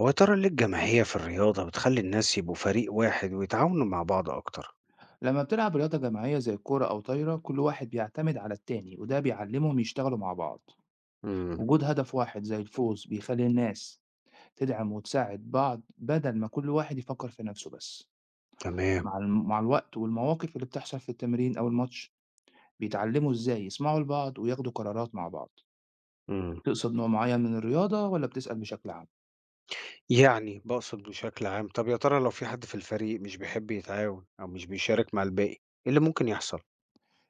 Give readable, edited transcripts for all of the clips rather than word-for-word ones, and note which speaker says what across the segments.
Speaker 1: هو يا ترى ليه الجماهير في الرياضة بتخلي الناس يبقوا فريق واحد ويتعاونوا مع بعض أكتر؟
Speaker 2: لما بتلعب رياضة جماعية زي الكورة أو طايرة، كل واحد بيعتمد على التاني وده بيعلمهم يشتغلوا مع بعض.
Speaker 1: امم
Speaker 2: وجود هدف واحد زي الفوز بيخلي الناس تدعم وتساعد بعض بدل ما كل واحد يفكر في نفسه بس.
Speaker 1: تمام.
Speaker 2: مع الوقت والمواقف اللي بتحصل في التمرين أو الماتش، بيتعلموا إزاي يسمعوا لبعض وياخدوا قرارات مع بعض.
Speaker 1: امم
Speaker 2: تقصد نوع معين من الرياضة ولا بتسأل بشكل عام؟
Speaker 1: يعني بقصد بشكل عام. طب يا ترى لو في حد في الفريق مش بيحب يتعاون أو مش بيشارك مع الباقي، إيه اللي ممكن يحصل؟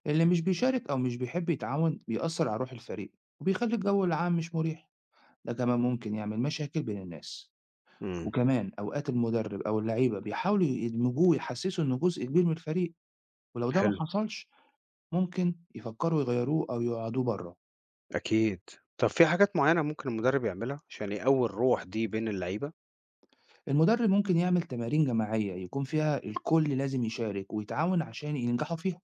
Speaker 2: اللي مش بيشارك أو مش بيحب يتعاون بيأثر على روح الفريق، وبيخلي الجو العام مش مريح. ده كمان ممكن يعمل مشاكل بين الناس.
Speaker 1: امم
Speaker 2: وكمان أوقات المدرب أو اللعيبة بيحاولوا يدمجوه ويحسسوا إنه جزء كبير من الفريق، ولو ده ما
Speaker 1: حلو.
Speaker 2: حصلش ممكن يفكروا يغيروه أو يقعدوه بره.
Speaker 1: أكيد. طب في حاجات معينة ممكن المدرب يعملها عشان يقوي الروح دي بين اللعيبة؟
Speaker 2: المدرب ممكن يعمل تمارين جماعية يكون فيها الكل لازم يشارك ويتعاون عشان ينجحوا فيها.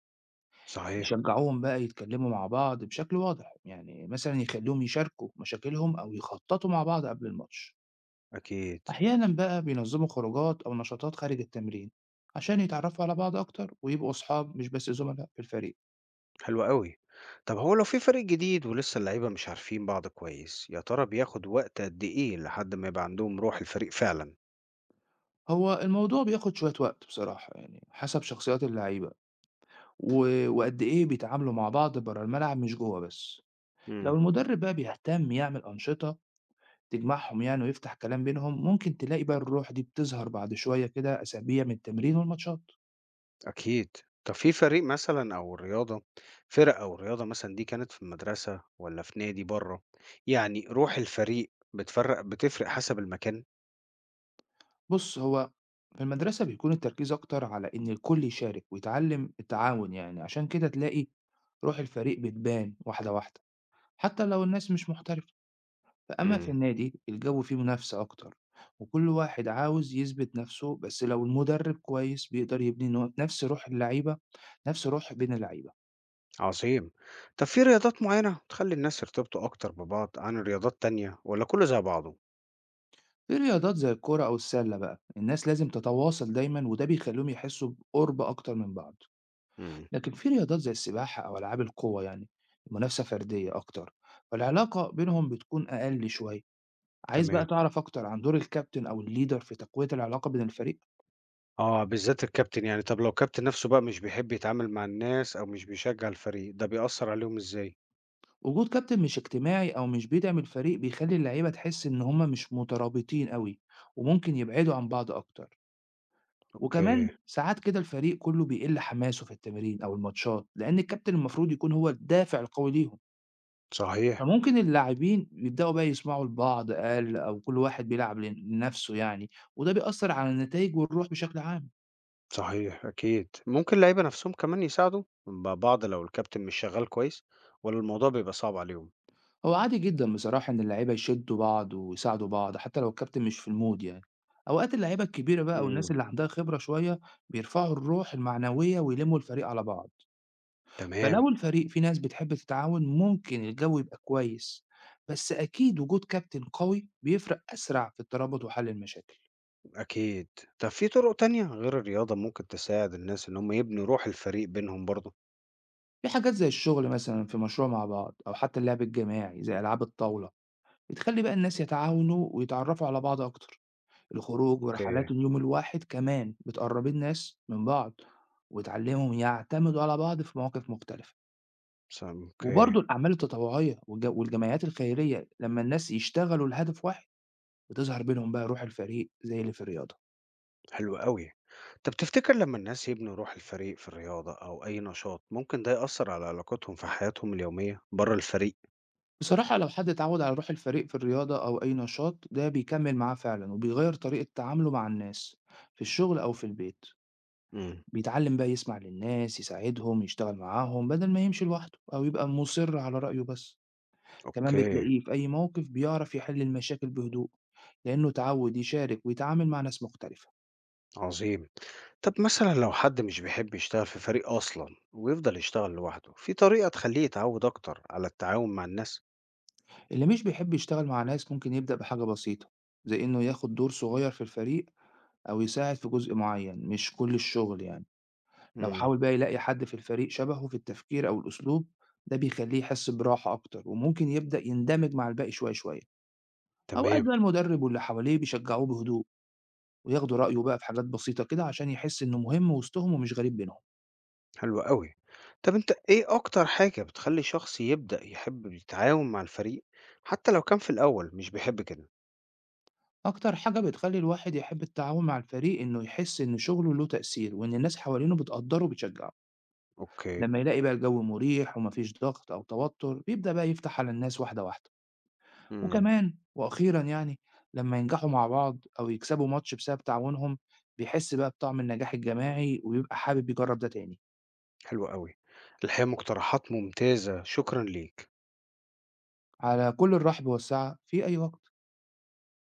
Speaker 1: صحيح.
Speaker 2: يشجعوهم بقى يتكلموا مع بعض بشكل واضح، يعني مثلا يخليهم يشاركوا مشاكلهم أو يخططوا مع بعض قبل الماتش.
Speaker 1: أكيد.
Speaker 2: أحيانا بقى بينظموا خروجات أو نشاطات خارج التمرين عشان يتعرفوا على بعض أكتر ويبقوا أصحاب مش بس زملاء في الفريق.
Speaker 1: حلو قوي. طب هو لو في فريق جديد ولسه اللعيبة مش عارفين بعض كويس، يا ترى بياخد وقت قد إيه لحد ما يبقى عندهم روح الفريق فعلا؟
Speaker 2: هو الموضوع بياخد شوية وقت بصراحة، يعني حسب شخصيات اللعيبة، و وقد إيه بيتعاملوا مع بعض برّه الملعب مش جوّه بس. لو المدرب بقى بيهتم يعمل أنشطة تجمعهم يعني ويفتح كلام بينهم، ممكن تلاقي بقى الروح دي بتظهر بعد شوية كده أسابيع من التمرين والماتشات.
Speaker 1: أكيد. طب في فريق مثلا أو الرياضة، فرق أو الرياضة مثلا دي كانت في المدرسة ولا في نادي بره؟ يعني روح الفريق بتفرق حسب المكان؟
Speaker 2: بُص، هو في المدرسة بيكون التركيز أكتر على إن الكل يشارك ويتعلم التعاون يعني، عشان كده تلاقي روح الفريق بتبان واحدة، واحدة، حتى لو الناس مش محترفة. فأما في
Speaker 1: امم
Speaker 2: النادي الجو فيه منافسة أكتر، وكل واحد عاوز يثبت نفسه. بس لو المدرب كويس بيقدر يبني نفس روح بين اللعيبة.
Speaker 1: عظيم. طب في رياضات معينة تخلي الناس يرتبطوا أكتر ببعض عن رياضات تانية، ولا كله زي بعضه؟
Speaker 2: في رياضات زي الكورة أو السلة بقى الناس لازم تتواصل دايما، وده بيخليهم يحسوا بقرب أكتر من بعض.
Speaker 1: امم
Speaker 2: لكن في رياضات زي السباحة أو ألعاب القوة يعني، المنافسة فردية أكتر، فالعلاقة بينهم بتكون أقل شوية. عايز بقى
Speaker 1: تمام.
Speaker 2: تعرف أكتر عن دور الكابتن أو الليدر في تقوية العلاقة بين الفريق؟
Speaker 1: اه، بالذات الكابتن يعني. طب لو الكابتن نفسه بقى مش بيحب يتعامل مع الناس أو مش بيشجع الفريق، ده بيأثر عليهم إزاي؟
Speaker 2: وجود كابتن مش اجتماعي أو مش بيدعم الفريق بيخلي اللعيبة تحس إن هما مش مترابطين أوي، وممكن يبعدوا عن بعض أكتر.
Speaker 1: أوكي.
Speaker 2: وكمان ساعات كده الفريق كله بيقل حماسه في التمارين أو الماتشات، لأن الكابتن المفروض يكون هو الدافع القوي ليهم.
Speaker 1: صحيح.
Speaker 2: فممكن اللاعبين يبدأوا بقى يسمعوا لبعض أقل، أو كل واحد بيلعب لنفسه يعني، وده بيأثر على النتائج والروح بشكل عام.
Speaker 1: صحيح، أكيد. ممكن اللعيبة نَفْسهم كمان يساعدوا بعض لو الكابتن مش شغّال كويس، والّا الموضوع بيبقى صعب عليهم؟
Speaker 2: هو عادي جدًا بصراحة إن اللعيبة يشدّوا بعض ويساعدوا بعض حتى لو الكابتن مش في المود يعني. أوقات اللعيبة الكبيرة بقى والناس
Speaker 1: إمم.
Speaker 2: اللي عندها خبرة شوية بيرفعوا الروح المعنوية ويلمّوا الفريق على بعض.
Speaker 1: تمام،
Speaker 2: فلو الفريق فيه ناس بتحب تتعاون ممكن الجو يبقى كويس، بس أكيد وجود كابتن قوي بيفرق أسرع في الترابط وحل المشاكل.
Speaker 1: أكيد. طب في طُرق تانية غير الرياضة ممكن تساعد الناس إن هم يبنوا روح الفريق بينهم برضه؟
Speaker 2: في حاجات زي الشغل مثلًا في مشروع مع بعض، أو حتى اللعب الجماعي زي ألعاب الطاولة، بتخلّي بقى الناس يتعاونوا ويتعرّفوا على بعض أكتر. الخروج
Speaker 1: أوكي،
Speaker 2: ورحلات اليوم الواحد كمان بتقرّبي الناس من بعض، وتعلّميهم يعتمدوا على بعض في مواقف مختلفة.
Speaker 1: أوكي،
Speaker 2: وبرضه الأعمال التطوعية والج والجمعيات الخيرية لمّا الناس يشتغلوا لهدف واحد، بتظهر بينهم بقى روح الفريق زي اللي في الرياضة.
Speaker 1: حلو أوي. طب تفتكر لمّا الناس يبنوا روح الفريق في الرياضة أو أي نشاط، ممكن ده يأثّر على علاقتهم في حياتهم اليومية برّه الفريق؟
Speaker 2: بصراحة لو حد اتعوّد على روح الفريق في الرياضة أو أي نشاط، ده بيكمّل معاه فعلًا وبيغيّر طريقة تعامله مع الناس، في الشغل أو في البيت.
Speaker 1: إمم،
Speaker 2: بيتعلّم بقى يسمع للناس، يساعدهم، يشتغل معاهم بدل ما يمشي لوحده أو يبقى مُصِر على رأيه بس. كمان
Speaker 1: أوكي.
Speaker 2: بتلاقيه في أي موقف بيعرف يحل المشاكل بهدوء، لأنه اتعود يشارك ويتعامل مع ناس مختلفة.
Speaker 1: عظيم. طب مثلا لو حد مش بيحب يشتغل في فريق أصلا ويفضل يشتغل لوحده، في طريقة تخليه يتعود أكتر على التعاون مع الناس؟
Speaker 2: اللي مش بيحب يشتغل مع ناس ممكن يبدأ بحاجة بسيطة، زي إنه ياخد دور صغير في الفريق، أو يساعد في جزء معين مش كل الشغل يعني. لو
Speaker 1: مم.
Speaker 2: حاول بقى يلاقي حد في الفريق شبهه في التفكير أو الأسلوب، ده بيخليه يحس براحة أكتر، وممكن يبدأ يندمج مع الباقي شوية شوية. أوقات
Speaker 1: تمام.
Speaker 2: بقى المدرب واللي حواليه بيشجعوه بهدوء، وياخدوا رأيه بقى في حاجات بسيطة كده عشان يحس إنه مهم وسطهم ومش غريب بينهم.
Speaker 1: حلو قوي. طب أنت إيه أكتر حاجة بتخلي شخص يبدأ يحب يتعاون مع الفريق حتى لو كان في الأول مش بيحب كده؟
Speaker 2: أكتر حاجة بتخلّي الواحد يحب التعاون مع الفريق إنه يحس إن شغله له تأثير، وإن الناس حوالينه بتقدّره وبتشجّعه.
Speaker 1: أوكي.
Speaker 2: لمّا يلاقي بقى الجو مريح وما فيش ضغط أو توتر، بيبدأ بقى يفتح على الناس واحدة واحدة.
Speaker 1: مم.
Speaker 2: وكمان وأخيرًا يعني، لمّا ينجحوا مع بعض أو يكسبوا ماتش بسبب تعاونهم، بيحس بقى بطعم النجاح الجماعي، وبيبقى حابب يجرّب ده تاني.
Speaker 1: حلو قوي. الحقيقة مقترحات ممتازة، شكرا ليك.
Speaker 2: على كل الرحب والسعة في أي وقت.